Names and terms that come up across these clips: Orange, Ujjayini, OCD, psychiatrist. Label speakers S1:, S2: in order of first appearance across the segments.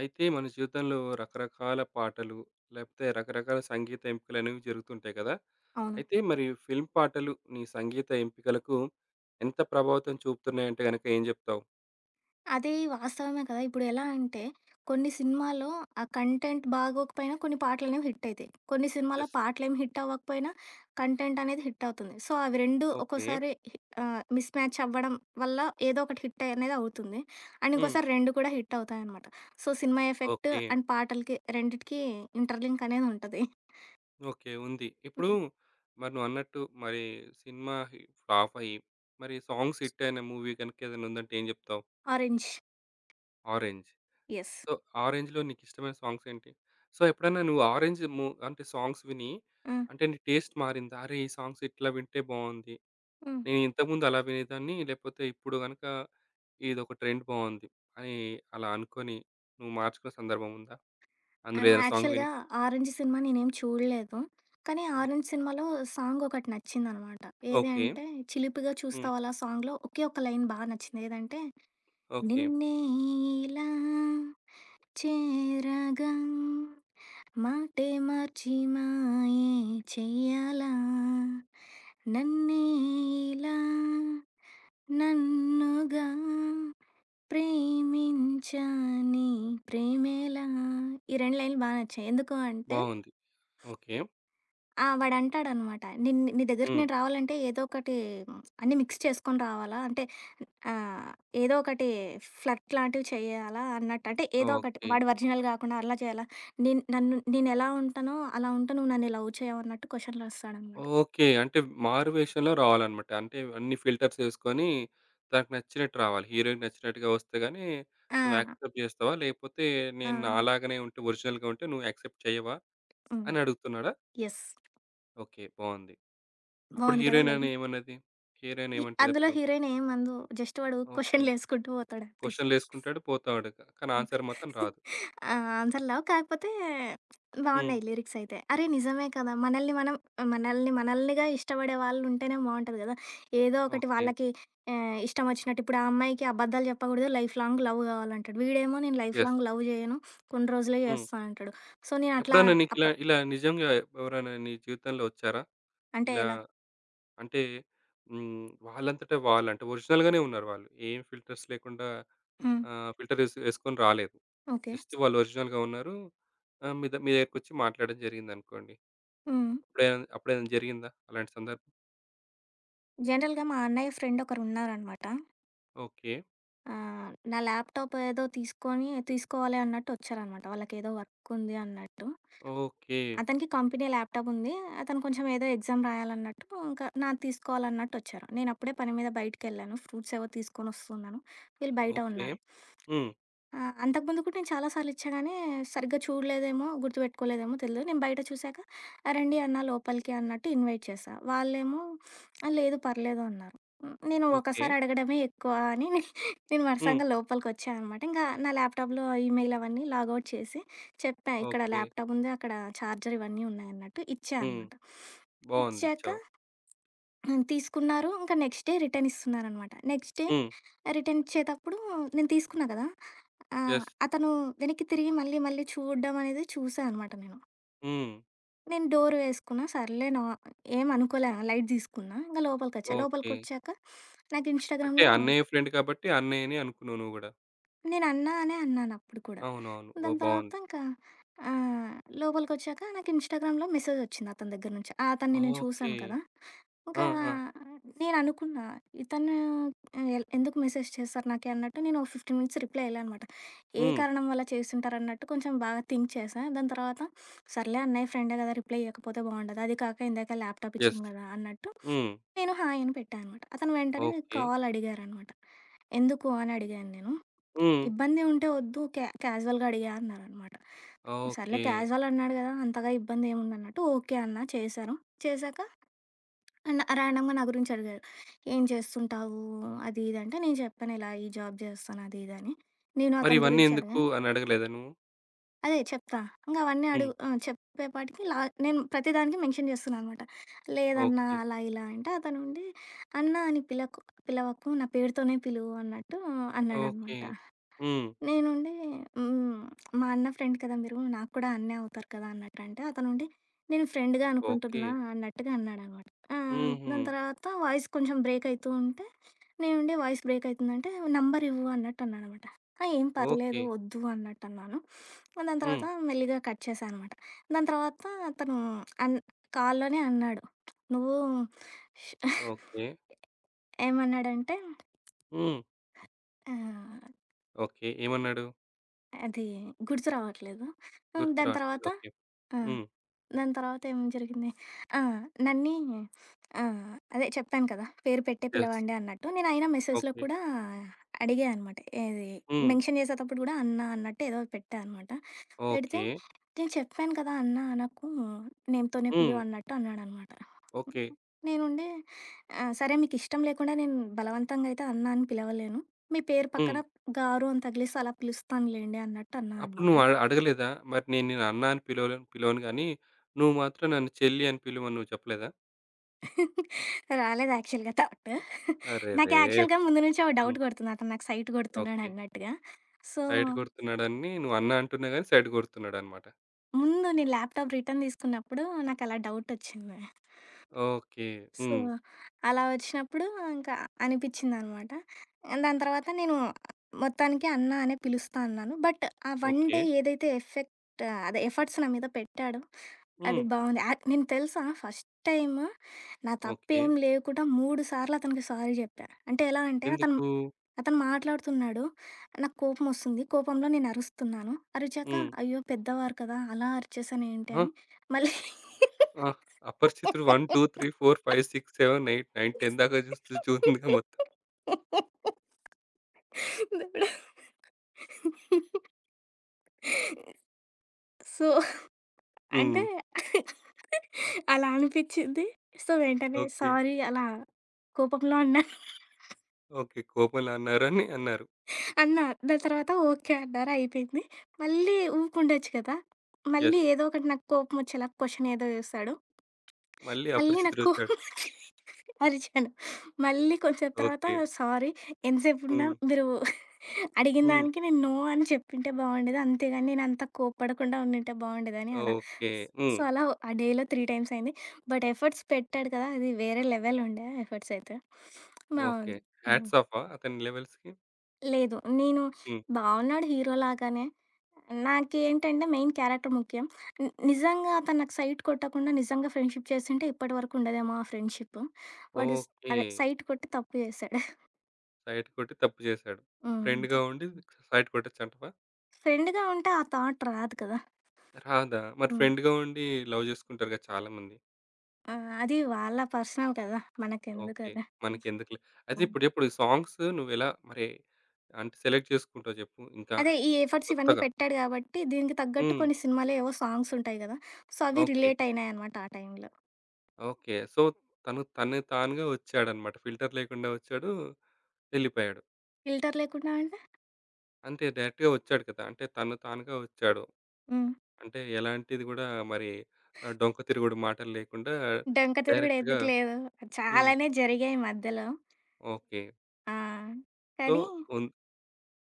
S1: అయితే మన జీవితంలో రకరకాల పాటలు, లేకపోతే రకరకాల సంగీత ఎంపికలనేవి జరుగుతుంటాయి కదా!
S2: అవును.
S1: అయితే మరి ఫిల్మ్ పాటలు నీ సంగీత ఎంపికలకు ఎంత ప్రభావితం చూపుతున్నాయంటే గనక ఏం జెప్తావు?
S2: అది వాస్తవమే కదా! ఇప్పుడు ఎలా అంటే, కొన్ని సినిమాల్లో ఆ కంటెంట్ బాగోకపోయినా కొన్ని పాటలనేవి హిట్ అయితాయి. కొన్ని సినిమాల్లో
S1: యెస్.
S2: పాటలేమి హిట్ అవ్వకపోయినా కంటెంట్ అనేది హిట్ అవుతుంది. సో, అవి 2
S1: ఓకే.
S2: ఒక్కోసారి మిస్ మ్యాచ్ అవ్వడం వల్ల ఏదో ఒకటి హిట్ అనేది అవుతుంది. అండ్
S1: హ్మ్.
S2: ఇంకోసారి 2 కూడా హిట్ అవుతాయనమాట. So, cinema effect
S1: okay.
S2: And పాటలకి రెండిటికి ఇంటర్‌లింక్ అనేది ఉంటది.
S1: ఓకే. ఉంది. ఇప్పుడు
S2: హ్మ్.
S1: మరి నువ్వన్నట్టు మరి సినిమా ఫ్లాప్ అయ్యి, మరి సాంగ్స్ హిట్ అయిన మూవీ గనుక ఏదైనా ఉందంటే ఏం జెప్తావు?
S2: 'ఆరెంజ్'.
S1: 'ఆరెంజ్'.
S2: యెస్.
S1: సో, 'ఆరెంజ్‌లో' నీకిష్టమైన సాంగ్స్ ఏంటి? సో, ఎప్పుడైనా నువ్వు 'ఆరెంజ్' అంటే సాంగ్స్ విని
S2: హ్మ్.
S1: అంటే నీ టేస్ట్ మారిందా? అరే! ఈ సాంగ్స్ ఇట్లా వింటే బావుంది.
S2: హ్మ్.
S1: నేను ఇంతకుముందు అలా వినేదాన్ని. లేకపోతే ఇప్పుడు గనక ఇదొక ట్రెండ్ బావుంది. అని అలా అనుకోని నువ్వు మార్చుకున్న సందర్భం ఉందా? అందులో ఏదైనా సాంగ్
S2: యాక్చువల్‌గా
S1: విని?
S2: 'ఆరెంజ్' సినిమా నేనేమి చూడలేదు. కానీ
S1: ఓహ్!
S2: 'ఆరెంజ్' సినిమాలో సాంగ్ ఒకటి నచ్చిందనమాట. ఏది
S1: ఓకే.
S2: అంటే 'చిలిపిగా
S1: హ్మ్.
S2: చూస్తావాలా' సాంగ్‌లో ఒకే ఒక్క లైన్ బా నచ్చింది. ఏదంటే
S1: ఓకే.
S2: నిన్నే ఇలా చేరగా మాటే మార్చి మాయే చెయ్యాలా? నన్నే ఇలా నన్నుగా ప్రేమించని ప్రేమేలా ఈ రెండు లైన్లు బాగా నచ్చాయి. ఎందుకు అంటే
S1: బావుంది. ఓకే.
S2: వాడంటాడనమాట. నిన్ నీ నీ దగ్గరికి
S1: హ్మ్.
S2: నేను రావాలంటే ఏదో ఒకటి అన్నీ మిక్స్ చేసుకొని రావాలా? అంటే ఆ! ఏదో ఒకటి ఫ్లర్ట్ లాంటివి చేయాలా అన్నట్టు. అంటే ఏదో ఒకటి
S1: ఓకే.
S2: వాడు ఒరిజినల్ గాకుండా అలా చేయాలా? నేను నన్ను నేనెలా ఉంటానో అలా ఉంటే నువ్వు నన్ను లవ్ చేయవన్నట్టు క్వశ్చన్‌లొస్తాడనమాట.
S1: ఓకే. అంటే మారువేషంలో రావాలన్నమాట. అంటే అన్ని ఫిల్టర్స్ ఏసుకొని తనకు నచ్చినట్టు రావాలి. హీరోయిన్‌కి నచ్చినట్టుగా వస్తే గానీ
S2: ఆ!
S1: నువ్వు యాక్సెప్ట్ జేస్తావా? లేపోతే
S2: ఆ!
S1: నేను నాలాగానే ఉంటే ఒరిజినల్‌గా ఉంటే నువ్వు యాక్సెప్ట్ చేయవా?
S2: హ్మ్.
S1: అని అడుగుతున్నాడా?
S2: యెస్.
S1: ఓకే. బావుంది. అప్పుడు
S2: బావుంది కదా
S1: హీరోయిన్
S2: లైన్.
S1: అని ఏమన్నది? హీరోయిన్
S2: అందులో
S1: ఏమంటదప్పుడు?
S2: హీరోయిన్ ఏమందు జస్ట్ వాడు
S1: ఓకే.
S2: క్వశ్చన్‌లేసుకుంటూ పోతాడంతే.
S1: క్వెషన్‌లేసుకుంటాడు పోతాడు. కానీ ఆన్సర్ మాత్రం రాదు.
S2: ఆ! అంత లవ్ కాకపోతే
S1: హ్మ్.
S2: బావున్నాయి లిరిక్స్ అయితే. అరే! నిజమే కదా! మనల్నిగా ఇష్టపడే వాళ్ళుంటేనే బావుంటది గదా! ఏదో ఒకటి
S1: ఓకే.
S2: వాళ్ళకి ఇష్టమొచ్చినట్టు ఇప్పుడు ఆ అమ్మాయికి అబద్ధాలు చెప్పకూడదు. లైఫ్ లాంగ్ లవ్ గావాలంటాడు. వీడేమో నేను లైఫ్
S1: యెస్.
S2: లాంగ్ లవ్ జేయను. కొన్ని రోజులే
S1: హ్మ్.
S2: జేస్తా అంటాడు. సో, నేనట్లా
S1: ఎప్పుడైనా
S2: అప్ప
S1: నీకిలా ఇలా ఇలా నిజంగా ఎవరైనా నీ జీవితంలో ఒచ్చారా?
S2: అంటే
S1: ఇలా
S2: ఎలా?
S1: అంటే హ్మ్. వాళ్ళంతట వాళ్ళు అంటే ఒరిజినల్‌గానే ఉన్నారు వాళ్ళు. ఏం ఫిల్టర్స్ లేకుండా
S2: హ్మ్.
S1: ఫిల్టర్ ఏసి ఏసుకొని రాలేదు.
S2: ఓకే.
S1: జస్ట్ వాళ్ళు ఒరిజినల్‌గా ఉన్నారు. మీ దగ్గరకొచ్చి మాట్లాడడం జరిగిందనుకోండి.
S2: హ్మ్.
S1: అప్పుడేమైనా అప్పుడేమైనా జరిగిందా అలాంటి సందర్భం?
S2: జనరల్‌గా మా అన్నయ్య ఫ్రెండ్ ఒకరున్నారనమాట.
S1: ఓకే.
S2: నా ల్యాప్‌టాప్ ఏదో తీసుకొని తీసుకోవాలి అన్నట్టు వచ్చారనమాట. వాళ్ళకేదో వర్క్ ఉంది అన్నట్టు.
S1: ఓకే.
S2: అతనికి కంపెనీ ల్యాప్‌టాప్ ఉంది. అతను కొంచెం ఏదో ఎగ్జామ్ రాయాలన్నట్టు, ఇంకా నాది తీసుకోవాలన్నట్టు వచ్చారు. నేనప్పుడే పని మీద బయటికెళ్ళాను. ఫ్రూట్స్ ఏవో తీసుకొనొస్తున్నాను. వీళ్ళు బయట
S1: ఓకే.
S2: ఉన్నారు.
S1: హ్మ్.
S2: ఆ! అంతకుముందు కూడా నేను చాలా సార్లు ఇచ్చా గానీ, సరిగ్గా చూడలేదేమో, గుర్తుపెట్టుకోలేదేమో తెలీదు. నేను బయట చూసాక "రండి అన్నా లోపలికి" అన్నట్టు ఇన్వైట్ చేశా. వాళ్ళేమో "లేదు పర్లేదు" అన్నారు. హ్మ్. నేను
S1: ఓకే.
S2: ఒకసారి అడగడమే ఎక్కువ అని నేను
S1: హ్మ్.
S2: వరుసంగా లోపలికొచ్చా అనమాట. ఇంకా నా ల్యాప్‌టాప్‌లో ఈమెయిల్ అవన్నీ లాగౌట్ చేసి చెప్పా. ఇక్కడ
S1: ఓకే.
S2: ల్యాప్‌టాప్ ఉంది, అక్కడ చార్జర్ ఇవన్నీ ఉన్నాయన్నట్టు ఇచ్చా
S1: హ్మ్.
S2: అనమాట.
S1: బావుంది
S2: ఇచ్చాక
S1: ఇచ్చావు.
S2: హ్మ్. తీసుకున్నారు. ఇంకా నెక్స్ట్ డే రిటర్న్ ఇస్తున్నారనమాట. Next day
S1: hmm.
S2: రిటర్న్ ఇచ్చేటప్పుడు నేను తీసుకున్నా కదా!
S1: యెస్.
S2: అతను వెనక్కి తిరిగి మళ్ళీ మళ్ళీ చూడడం అనేది చూసా అనమాట నేను.
S1: హ్మ్.
S2: నేను డోర్ వేసుకున్నా. సర్లే నా ఏం అనుకోలే లైట్ తీసుకున్నా. ఇంక లోపలికొచ్చా.
S1: ఓకే.
S2: లోపలికొచ్చాక నాకు
S1: అంటే
S2: ఇన్‌స్టాగ్రామ్‌లో
S1: అన్నయ్య ఫ్రెండ్ కాబట్టి అన్నయ్యనే అనుకున్నావు నువ్వు గూడా.
S2: నేనన్నా అనే అన్నానప్పుడు కూడా.
S1: అవునవును. ఓహ్!
S2: దాని తర్వాత
S1: బావుంది.
S2: ఇంకా ఆహ్, లోపలికొచ్చాక నాకు ఇన్‌స్టాగ్రామ్‌లో మెసేజొచ్చింది అతని దగ్గర నుంచి. ఆ అతన్ని నేను
S1: ఓకే.
S2: చూసాను కదా!
S1: ఆ!
S2: ఇంకా
S1: ఆ!
S2: నేననుకున్నా ఇతను ఎందుకు మెసేజ్ చేస్తారు నాకి అన్నట్టు నేను ఒక 15 మినిట్స్ రిప్లై ఇయ్యలే అనమాట. ఏ
S1: హ్మ్.
S2: కారణం వల్ల చేసుంటారన్నట్టు కొంచెం బాగా థింక్ చేశా. దాని తర్వాత సర్లే అన్నయ్య ఫ్రెండే కదా! రిప్లై ఇయ్యకపోతే బావుండదు. అది కాక ఇందాక ల్యాప్‌టాప్
S1: యెస్.
S2: ఇచ్చింది కదా! అన్నట్టు
S1: హ్మ్.
S2: నేను హాయ్ అని పెట్టా అనమాట. అతను వెంటనే
S1: ఓకే.
S2: కాల్ అడిగారనమాట. ఎందుకు అని అడిగాను నేను.
S1: హ్మ్.
S2: ఇబ్బంది ఉంటే ఒద్దు. క్యాజువల్‌గా అడిగా అన్నారనమాట. సర్లే
S1: ఓకే.
S2: క్యాజువల్ అన్నాడు గదా! అంతగా ఇబ్బంది ఏముందన్నట్టు ఓకే అన్నా. చేశాను. చేశాక ర్యాండమ్‌గా నా గురించి అడిగారు. ఏం చేస్తుంటావు? అది ఇది అంటే నేను చెప్పాను ఇలా ఈ జాబ్ చేస్తాను అది ఇది అని. నేను
S1: మరి
S2: అతని
S1: ఇవన్నీ
S2: గురించి
S1: ఎందుకు
S2: అడిగాను.
S1: అని అడగలేదా నువ్వు?
S2: అదే చెప్తా. ఇంక అవన్నీ
S1: హ్మ్.
S2: అడుగు ఆ! చెప్పేపాటికి లా నేను ప్రతిదానికి మెన్షన్ చేస్తున్నా అనమాట. లేదన్నా
S1: ఓకే.
S2: అలా ఇలా అంటే అతనుండి అన్నా అని పిలవకు. నా పేరుతోనే పిలువు అన్నట్టు
S1: ఓకే.
S2: అన్నాడనమాట.
S1: హ్మ్.
S2: నేనుండి హ్మ్. మా అన్న ఫ్రెండ్ కదా మీరు. నాకు కూడా అన్నే అవుతారు కదా అన్నట్టు అంటే, అతనుండి నేను ఫ్రెండ్‌గా
S1: ఓకే.
S2: అనుకుంటున్నా అన్నట్టుగా అన్నాడనమాట. ఆ!
S1: హుహు.
S2: దాని తర్వాత వాయిస్ కొంచెం బ్రేక్ అయితూ ఉంటే, నేనుండి వాయిస్ బ్రేక్ అయితుందంటే నంబర్ ఇవ్వు అన్నట్టు అన్నాడనమాట. ఆ! ఏం పర్లేదు
S1: ఓకే.
S2: వద్దు అన్నట్టు అన్నాను. దాని
S1: హ్మ్.
S2: తర్వాత మెల్లిగా కట్ చేశా అనమాట. దాని తర్వాత అతను అన్ కాల్‌లోనే అన్నాడు. నువ్వు ష్
S1: ఓకే.
S2: ఏమన్నాడంటే
S1: హ్మ్.
S2: ఆహ్,
S1: ఓకే. ఏమన్నాడు?
S2: అది గుర్తు రావట్లేదు.
S1: గుర్తు
S2: దాని
S1: రావట్లేదు.
S2: తర్వాత
S1: ఓకే.
S2: ఆ!
S1: హ్మ్.
S2: దాని తర్వాత ఏం జరిగింది? ఆ! నన్ని ఆ! అదే చెప్పాను కదా! పేరు పెట్టే
S1: యెస్.
S2: పిలవండి అన్నట్టు. నేను అయినా మెసేజ్‌లో
S1: ఓకే.
S2: కూడా అడిగా అనమాట. ఏది
S1: హ్మ్.
S2: మెన్షన్ చేసేటప్పుడు కూడా అన్నా అన్నట్టు ఏదో పెట్టా అనమాట. పెడితే
S1: ఓకే.
S2: "నేను చెప్పాను కదా! అన్నా అనకు నేమ్‌తోనే
S1: హ్మ్.
S2: పిలువు" అన్నట్టు అన్నాడనమాట.
S1: ఓకే.
S2: నేనుండి ఆ! "సరే మీకిష్టం లేకుండా నేను బలవంతంగా అయితే అన్నా అని పిలవలేను. మీ పేరు
S1: హ్మ్.
S2: పక్కన గారు అని తగిలిస్తే అలా పిలుస్తానులెండి" అన్నట్టు అన్నా
S1: అప్పుడు
S2: అనమాట.
S1: నువ్వు అడగలేదా? మరి నేను నిన్ను అన్న అని పిలవలేను పిలవను గానీ, నువ్వు మాత్రం నన్ను చెల్లి అని పిలువని నువ్వు చెప్పలేదా?
S2: రాలేదు యాక్చువల్‌గా థాట్. నాకు
S1: అరెరే!
S2: యాక్చువల్‌గా ముందు నుంచే ఓ
S1: హ్మ్.
S2: డౌట్ కొడుతుంది. అతను నాకు సైట్ కొడుతున్నాడు
S1: ఓకే.
S2: అన్నట్టుగా. సో,
S1: సైడ్ కొడుతున్నాడని నువ్వన్నా అంటున్నా గాని సైడ్ కొడుతున్నాడనమాట.
S2: ముందు నేను ల్యాప్‌టాప్ రిటర్న్ తీసుకున్నప్పుడు నాకలా డౌటొచ్చింది.
S1: ఓకే.
S2: సో,
S1: హ్మ్.
S2: అలా వచ్చినప్పుడు ఇంకా అనిపిచ్చిందనమాట. దాని తర్వాత నేను మొత్తానికి అన్న అనే పిలుస్తా అన్నాను. బట్ ఆ వన్
S1: ఓకే.
S2: డే ఏదైతే ఎఫెక్ట్ అదే ఎఫర్ట్స్ నా మీద పెట్టాడో అది
S1: హ్మ్.
S2: హ్మ్. బావుంది. నేను తెలుసా ఫస్ట్ టైమ్ నా
S1: ఓకే.
S2: తప్పేం లేకుండా 3 సార్లు అతనికి సారీ జెప్పా. అంటే ఎలా అంటే అతను
S1: ఎందుకు?
S2: అతను మాట్లాడుతున్నాడు. నాకు కోపమొస్తుంది. కోపంలో నేను అరుస్తున్నాను. అరిచాక
S1: హ్మ్.
S2: అయ్యో! పెద్దవారు కదా! అలా అరిచేసానేంటి
S1: ఆ!
S2: అని మళ్ళీ
S1: ఆ! అపరిచితుడు 1, 2, 3, 4, 5, 6, 7, 8, 9, 10 దాకా చూస్తూ చూసిందిగా మొత్తం.
S2: దేవుడా! సో,
S1: హ్మ్.
S2: అంటే అలా అనిపిచ్చింది. సో, వెంటనే
S1: ఓకే.
S2: సారీ అలా కోపంలో అన్నా.
S1: ఓకే. కోపంలో అన్నారని అన్నారు.
S2: అన్నా. దాని తర్వాత ఓకే అన్నారు. అయిపోయింది. మళ్ళీ ఊకుండొచ్చు కదా! మళ్ళీ
S1: యెస్.
S2: ఏదో ఒకటి నాకు కోపమొచ్చేలా క్వెషన్ ఏదో చేస్తాడు.
S1: మళ్ళీ
S2: మళ్ళీ నాకు కోపం
S1: అపరిచితుడొచ్చాడు.
S2: వచ్చి అరిచాను. మళ్ళీ కొంచెం తర్వాత
S1: ఓకే.
S2: సారీ ఎంతసేపున్నా
S1: హ్మ్.
S2: మీరు అడిగిన
S1: హ్మ్.
S2: దానికి నేను నో అని చెప్పుంటే బావుండేది. అంతేగాని నేను అంత కోప్పడకుండా ఉండింటే బావుండేదని అలా.
S1: ఓకే. హ్మ్.
S2: సో, అలా ఆ డేలో 3 టైమ్స్ అయింది. బట్ ఎఫర్ట్స్ పెట్టాడు కదా! అది వేరే లెవెల్ ఉండే ఎఫర్ట్స్ అయితే.
S1: ఓకే.
S2: బావుంది. హ్మ్.
S1: హ్యాట్స్ ఆఫా అతని లెవెల్స్‌కి?
S2: లేదు. నేను
S1: హ్మ్.
S2: బావున్నాడు హీరో లాగానే. నాకేంటంటే మెయిన్ క్యారెక్టర్ ముఖ్యం. నిజంగా అతను నాకు సైట్ కొట్టకుండా నిజంగా ఫ్రెండ్‌షిప్ చేసుంటే ఇప్పటివరకు ఉండదేమో ఆ ఫ్రెండ్‌షిప్. వాడు స్
S1: ఓకే.
S2: అదే సైట్ కొట్టి తప్పు చేశాడు.
S1: సైడ్ కొట్టి తప్పు చేశాడు.
S2: హ్మ్.
S1: ఫ్రెండ్‌గా ఉండి సైడ్ కొట్టొచ్చంటవా?
S2: ఫ్రెండ్‌గా ఉంటే ఆ థాట్ రాదు కదా!
S1: రాదా? మరి
S2: హ్మ్.
S1: ఫ్రెండ్‌గా ఉండి లవ్ జేసుకుంటారు గదా! చాలామంది.
S2: ఆ! అది వాళ్ళ పర్సనల్ కదా! మనకెందుకు
S1: ఓకే.
S2: అది.
S1: మనకెందుకులే. అయితే
S2: హ్మ్.
S1: ఇప్పుడిప్పుడు సాంగ్స్ నువ్వెలా మరి అంటే సెలెక్ట్ చేసుకుంటావు జెప్పు ఇంకా
S2: అదే ఈ ఎఫర్ట్స్ ఇవన్నీ
S1: కొత్తగా?
S2: పెట్టాడు కాబట్టి దీనికి తగ్గట్టు
S1: హ్మ్.
S2: కొన్ని సినిమాలో ఏవో సాంగ్స్ ఉంటాయి కదా! సో, అవి
S1: ఓకే.
S2: రిలేట్ అయినాయనమాట ఆ టైంలో.
S1: ఓకే. సో, తను తను తానుగా వచ్చాడన్నమాట. ఫిల్టర్ లేకుండా వచ్చాడు. వెళ్ళిపోయాడు.
S2: ఫిల్టర్ లేకుండా అంటే
S1: అంతే డైరెక్ట్‌గా వచ్చాడు కదా! అంటే తను తానుగా వచ్చాడు.
S2: హ్మ్.
S1: అంటే ఎలాంటిది గూడా మరి డొంక తిరుగుడు మాటలు లేకుండా
S2: డొంక తిరుగుడు
S1: డైరెక్ట్‌గా
S2: ఎందుకు లేదు.
S1: హ్మ్.
S2: చాలానే జరిగాయి మధ్యలో.
S1: ఓకే.
S2: ఆ!
S1: సో,
S2: కానీ
S1: ఉన్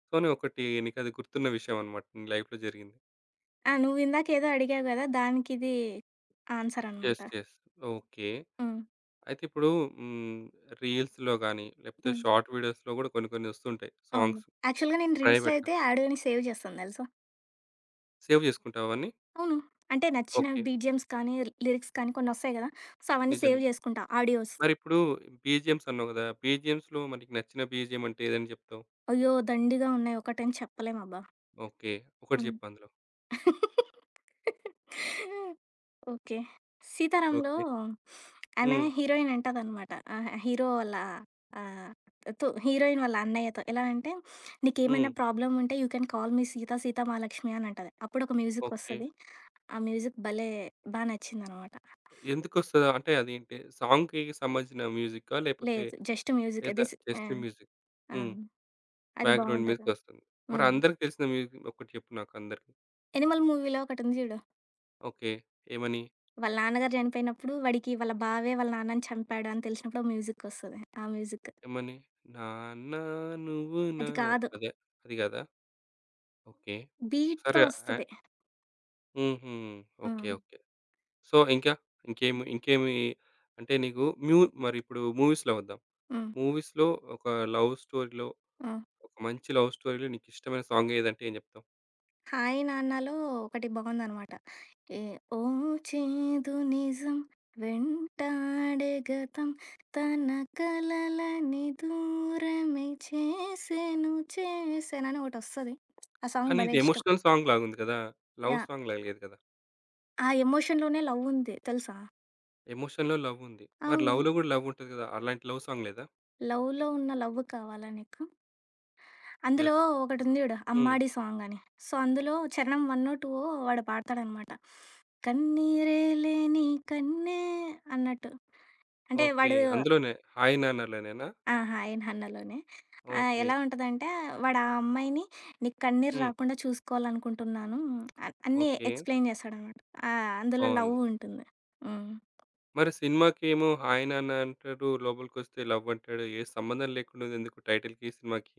S1: సో, నువ్వొకటి నీకది గుర్తున్న విషయం అన్నమాట. నీ లైఫ్‌లో జరిగింది.
S2: ఆ! నువ్విందాకేదో అడిగావు గదా! దానికిది ఆన్సరనమాట.
S1: యెస్. యెస్. ఓకే.
S2: హ్మ్.
S1: అయితే ఇప్పుడు హ్మ్. రీల్స్‌లో గాని, లేకపోతే
S2: హ్మ్.
S1: షార్ట్ వీడియోస్‌లో గూడా కొన్ని కొన్ని వస్తుంటాయి
S2: అవును.
S1: సాంగ్స్
S2: యాక్చువల్‌గా నేను రీల్స్‌లో
S1: ప్రైవేట్‌గా.
S2: అయితే ఆడియోని సేవ్ చేస్తాను తెలుసా?
S1: సేవ్ జేసుకుంటావా అవన్నీ?
S2: అవును. అంటే నచ్చిన
S1: ఓకే.
S2: బీజీఎమ్స్ కానీ, లిరిక్స్ కానీ కొన్నొస్తాయి గదా! సో, అవన్నీ
S1: నిజమే.
S2: సేవ్ జేసుకుంటా ఆడియోస్.
S1: మరిప్పుడు బీజీఎమ్స్ అన్నావు గదా! బీజీఎమ్స్‌లో మరి నీకు నచ్చిన బీజీఎం అంటే ఏదని జెప్తావు?
S2: అయ్యో! దండిగా ఉన్నాయి. ఒకటని చెప్పలేమబ్బా!
S1: ఓకే. ఒకటి జెప్పు అందులో.
S2: హ్మ్. ఓకే. 'సీతారాంలో'
S1: ఓకే.
S2: ఆమె
S1: హ్మ్.
S2: హీరోయిన్ అంటదనమాట. ఆహ్, హీరో వాళ్ళ ఆహ్, తు హీరోయిన్ వాళ్ళ అన్నయ్యతో ఎలా అంటే,
S1: హ్మ్.
S2: "నీకేమైనా ప్రాబ్లమ్ ఉంటే you can call me Sita, Sita Mahalakshmi" అని అంటది. అప్పుడు ఒక మ్యూజిక్
S1: ఓకే.
S2: వస్తది. ఆ మ్యూజిక్ భలే! బా నచ్చిందనమాట.
S1: ఎందుకొస్తదా? అంటే అదేంటి సాంగ్‌కి సంబంధించిన మ్యూజిక్కా? లేపోతే
S2: లేదు జస్ట్ మ్యూజిక్
S1: ఏదా
S2: దిస్
S1: జస్ట్
S2: ఆహ్,
S1: మ్యూజిక్.
S2: ఆ!
S1: హ్మ్.
S2: అది
S1: బ్యాక్‌గ్రౌండ్
S2: బావుంటది.
S1: మ్యూజికొస్తుంది. మరి
S2: హ్మ్.
S1: అందరికి తెలిసిన మ్యూజిక్ ఒకటి జెప్పు నాకు అందరికి.
S2: 'ఎనిమల్' మూవీలో ఒకటుంది జూడు.
S1: ఓకే. ఏమని?
S2: వాళ్ళ నాన్నగారు చనిపోయినప్పుడు వాడికి వాళ్ళ బావే వాళ్ళ నాన్నని చంపాడు అని తెలిసినప్పుడు ఓ మ్యూజిక్ వస్తది. ఆ మ్యూజిక్.
S1: ఏమని? 'నాన్న నువ్వు నా'
S2: అది కాదు.
S1: అదే. అది గదా! ఓకే.
S2: బీట్‌తో
S1: సరే ఆహ్,
S2: వస్తది.
S1: హుహు. ఓకే.
S2: హ్మ్.
S1: ఓకే. సో, ఇంకా ఇంకేమి ఇంకేమి అంటే నీకు మరిప్పుడు మూవీస్‌లో వద్దాం.
S2: హ్మ్.
S1: మూవీస్‌లో ఒక లవ్ స్టోరీలో,
S2: హ్మ్.
S1: ఒక మంచి లవ్ స్టోరీలో నీకిష్టమైన సాంగ్ ఏదంటే ఏం జెప్తావు?
S2: 'హాయ్ నాన్నలో' ఒకటి బాగుందనమాట. ఏ ఓ చేదు నిజం వెంటాడే గతం తన కలలని దూరమే చేసెను చేసెనని ఒకటొస్తది. ఆ సాంగ్
S1: కానీ
S2: భలే
S1: ఇది
S2: ఇష్టం.
S1: ఎమోషనల్ సాంగ్ లాగుంది గదా! Love
S2: yeah!
S1: సాంగ్ లాగా లేదు గదా!
S2: ఆ ఎమోషన్‌లోనే లవ్ ఉంది తెలుసా?
S1: ఎమోషన్‌లో లవ్ ఉంది. మరి
S2: అవును.
S1: లవ్‌లో గూడా లవ్ ఉంటది గదా! అలాంటి లవ్ సాంగ్ లేదా?
S2: లవ్‌లో ఉన్న లవ్ కావాలా నీకు? అందులో
S1: యెస్.
S2: ఒకటుంది చూడు
S1: హ్మ్.
S2: 'అమ్మాడి' సాంగ్ అని. సో, అందులో చరణం వన్నో, టూవో వాడు పాడతాడనమాట. కన్నీరేలే నీ కన్నే అన్నట్టు. అంటే
S1: ఓకే.
S2: వాడు
S1: అందులోనే 'హాయ్ నాన్న'లోనేనా?
S2: ఆహా! ఐనహన్నలోనే.
S1: ఓకే.
S2: ఎలా ఉంటదంటే వాడు ఆ అమ్మాయిని నీకు కన్నీరు
S1: హ్మ్.
S2: రాకుండా చూసుకోవాలనుకుంటున్నాను. అన్నీ
S1: ఓకే.
S2: ఎక్స్‌ప్లెయిన్ చేస్తాడనమాట. ఆ! అందులో లవ్
S1: బావుంది.
S2: ఉంటుంది. హ్మ్.
S1: మరి సినిమాకేమో హాయ్ నాన్న అంటాడు, లోపలికొస్తే లవ్ అంటాడు. ఏ సంబంధం లేకుండా ఉందెందుకు టైటిల్‌కి, సినిమాకి?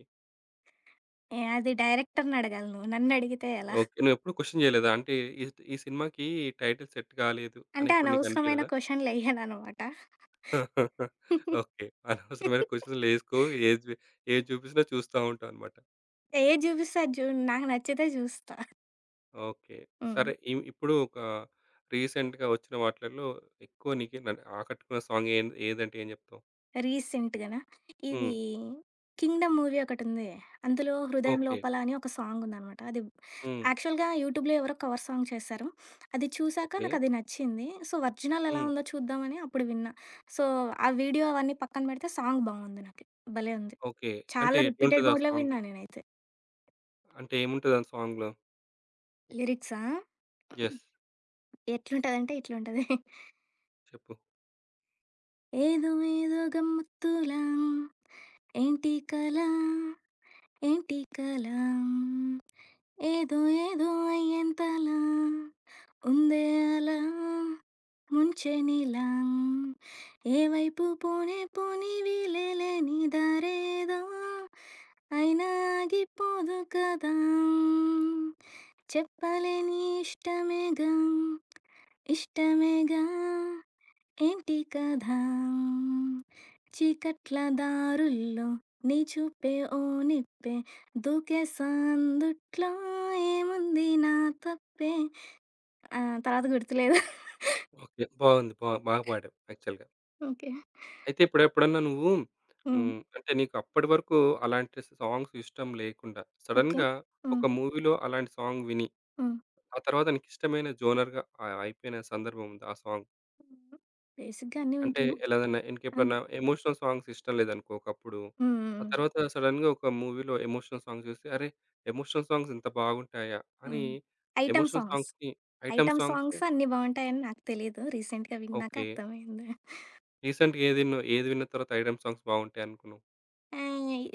S2: యాహ్! అది డైరెక్టర్‌ని అడగాలి నువ్వు. నన్నడిగితే ఎలా?
S1: ఓకే. నువ్వెప్పుడు క్వెషన్ చేయలేదా? అంటే ఈ ఈ సినిమాకి టైటిల్ సెట్ కాలేదు అని
S2: అంటే
S1: ఎప్పుడు నీకు
S2: అనవసరమైన
S1: అనిపియలేదా?
S2: క్వెషన్‌లేయననమాట.
S1: ఓకే. అనవసరమైన క్వెషన్‌లేసుకో. ఏది ఏది చూపించినా చూస్తా ఉంటావనమాట.
S2: ఏది జూపిస్తే అది జూడు. నాకు నచ్చితే జూస్తా.
S1: ఓకే.
S2: హ్మ్.
S1: సరే ఇప్పుడు ఒక రీసెంట్‌గా వచ్చిన వాటిలల్లో ఎక్కువ నీకు ఆకట్టుకున్న సాంగ్ ఏదంటే ఏం చెప్తావు?
S2: రీసెంట్‌గానా ఇది
S1: హ్మ్.
S2: 'కింగ్డమ్' మూవీ ఒకటుంది. అందులో 'హృదయం
S1: ఓకే.
S2: లోపల' అని ఒక సాంగుందనమాట. అది
S1: హ్మ్.
S2: యాక్చువల్‌గా యూట్యూబ్‌లో ఎవరో కవర్ సాంగ్ చేశారు. అది చూసాక
S1: ఓకే.
S2: నాకది నచ్చింది. సో, ఒరిజినల్ ఎలా
S1: హ్మ్.
S2: ఉందో చూద్దామని అప్పుడు విన్నా. సో, ఆ వీడియో అవన్నీ పక్కన పెడితే సాంగ్ బావుంది నాకు. భలే ఉంది.
S1: ఓకే. అంటే
S2: చాలా రిపీటెడ్
S1: ఎట్లుంటది ఆ
S2: మోడ్‌లో
S1: సాంగ్?
S2: విన్నా నేనైతే.
S1: అంటే ఏముంటది ఆ సాంగ్‌లో?
S2: లిరిక్సా?
S1: యెస్.
S2: ఎట్లుంటదంటే ఇట్లుంటది.
S1: చెప్పు.
S2: ఏదో ఏదో గమ్మత్తులా ఏంటి కల ఏంటి కల ఏదో ఏదో అయ్యేంతలా ఉందే అలా ముంచే నీలా ఏవైపు పోనే పోని వీలేలే నీ దారేదో అయినా ఆగిపోదు కదా చెప్పలేని ఇష్టమేగా ఇష్టమేగా ఏంటి కథ చీకట్ల దారుల్లో నీ చూపే ఓ నిప్పే దూకే సందుట్లో ఏముంది నా తప్పే ఆ, తర్వాత గుర్తులేదు
S1: ఓకే. బాగుంది. బాగా పాడావు యాక్చువల్‌గా.
S2: ఓకే
S1: అయితే ఇప్పుడెప్పుడన్నా నువ్వు
S2: ఉమ్,
S1: హ్మ్. అంటే నీకు అప్పటి వరకు అలాంటి సాంగ్స్ ఇష్టం లేకుండా
S2: ఓకే
S1: సడెన్‌గా
S2: ఉమ్,
S1: ఒక మూవీలో అలాంటి సాంగ్ విని,
S2: ఉమ్.
S1: ఆ తర్వాత నీకు ఇష్టమైన జోనర్‌గా అయిపోయిన సందర్భం ఉందా ఆ సాంగ్?
S2: బేసిక్గా అన్నీ
S1: అంటే
S2: వింటున్నా
S1: ఎలాగన్నా
S2: ఆ,
S1: నీకెప్పుడన్నా ఎమోషనల్ సాంగ్స్ ఇష్టం లేదనుకో ఒకప్పుడు.
S2: ఉమ్,
S1: ఆ
S2: ఉమ్,
S1: తర్వాత సడెన్‌గా ఒక మూవీలో ఎమోషనల్ సాంగ్ చూసి, అరే! ఎమోషనల్ సాంగ్స్ ఇంత బాగుంటాయా? అని
S2: ఉమ్. ఐటమ్
S1: ఎమోషనల్
S2: సాంగ్స్
S1: సాంగ్స్‌ని ఐటెమ్
S2: ఐటమ్
S1: సాంగ్స్
S2: సాంగ్స్ అన్నీ బాగుంటాయని నాకు తెలియదు రీసెంట్గా విన్నాక
S1: ఓకే.
S2: అర్థమైంది
S1: రీసెంట్‌గా ఏది విన్నావు? ఏది విన్న తర్వాత ఐటెమ్ సాంగ్స్ బాగుంటాయి అనుకున్నావు?
S2: ఆ!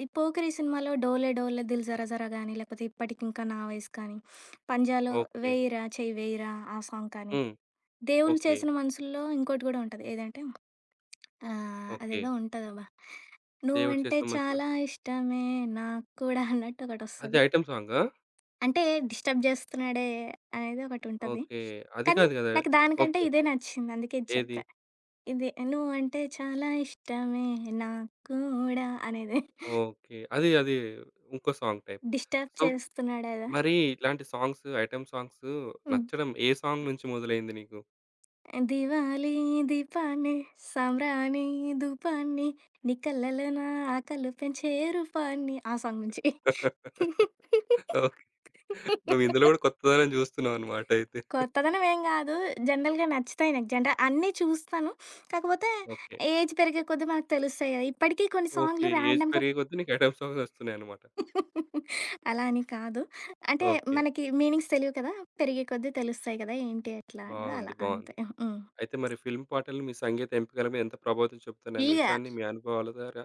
S2: ఈ 'పోకిరి' సినిమాలో 'డోలే డోలే దిల్ జరా జరా' గానీ, లేకపోతే 'ఇప్పటికింకా నా వయసు' కానీ, 'పంజా'లో
S1: ఓకే.
S2: 'వేయిరా చెయ్యి వేయిరా' ఆ సాంగ్ కానీ,
S1: హ్మ్.
S2: దేవుళ్ళు
S1: ఓకే.
S2: చేసిన మనసుల్లో ఇంకోటి గూడా ఉంటది. ఏదంటే
S1: ఓకే.
S2: అదేదో ఉంటదబ్బా!
S1: 'దేవుడు
S2: 'నువ్వంటే
S1: చేసిన మనుషులు.'
S2: చాలా ఇష్టమే నాకు కూడా' అన్నట్టు
S1: అది
S2: ఒకటొస్తది.
S1: ఐటెమ్ సాంగా?
S2: అంటే డిస్టర్బ్ చేస్తున్నాడే అనేది ఒకటుంటది.
S1: ఓకే. అది
S2: కానీ
S1: కాదు కదా!
S2: నాకు
S1: ఓకే.
S2: దానికంటే ఇదే
S1: ఓకే.
S2: నచ్చింది. అందుకే ఇది
S1: ఏది?
S2: చెప్పా. ఇది 'నువ్వంటే చాలా ఇష్టమే నాకు కూడా' అనేది.
S1: ఓకే. అది అది ఇంకో సాంగ్ టైప్.
S2: డిస్టర్బ్
S1: సో,
S2: చేస్తున్నాడేదో.
S1: మరి ఇలాంటి సాంగ్స్, ఐటెమ్ సాంగ్స్
S2: హ్మ్.
S1: నచ్చడం ఏ సాంగ్ నుంచి మొదలైంది నీకు?
S2: దివాళీ దీపాన్ని, సాంబ్రాణి ధూపాన్ని, నీ కళ్ళలో నా ఆకలు పెంచే రూపాన్ని ఆ సాంగ్ నుంచి.
S1: ఓకే. నువ్వు ఇందులో కూడా కొత్తదనం చూస్తున్నావన్నమాట అయితే.
S2: కొత్తదనం ఏం గాదు. జనరల్‌గా నచ్చుతాయి నాకు. జనర అన్నీ చూస్తాను. కాకపోతే
S1: ఓకే.
S2: ఏజ్ పెరిగే కొద్దీ మనకు తెలుస్తాయి గదా! ఇప్పటికీ కొన్ని
S1: ఓకే.
S2: సాంగ్‌లు
S1: ఏజ్
S2: ర్యాండమ్‌గా
S1: పెరిగే కొద్దీ నీకు ఐటెమ్ సాంగ్స్ వస్తున్నాయన్నమాట.
S2: అలా అని కాదు. అంటే
S1: ఓకే.
S2: మనకి మీనింగ్స్ తెలియవు కదా! పెరిగే కొద్దీ తెలుస్తాయి గదా! ఏంటి, ఎట్లా అనేది
S1: బాగుంది.
S2: అలా
S1: బాగుంది.
S2: అంతే. హ్మ్.
S1: అయితే మరి ఫిల్మ్ పాటలు మీ సంగీత ఎంపికల మీద ఎంత ప్రభావితం చూపుతున్నాయి అనే
S2: ఫుల్‌గా.
S1: విషయాన్ని మీ అనుభవాల ద్వారా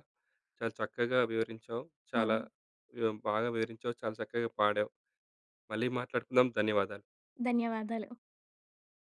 S1: చాలా చక్కగా వివరించావు.
S2: హ్మ్.
S1: చాలా బాగా వివరించావు. చాలా చక్కగా పాడావు. మళ్ళీ మాట్లాడుకుందాం. ధన్యవాదాలు.
S2: ధన్యవాదాలు.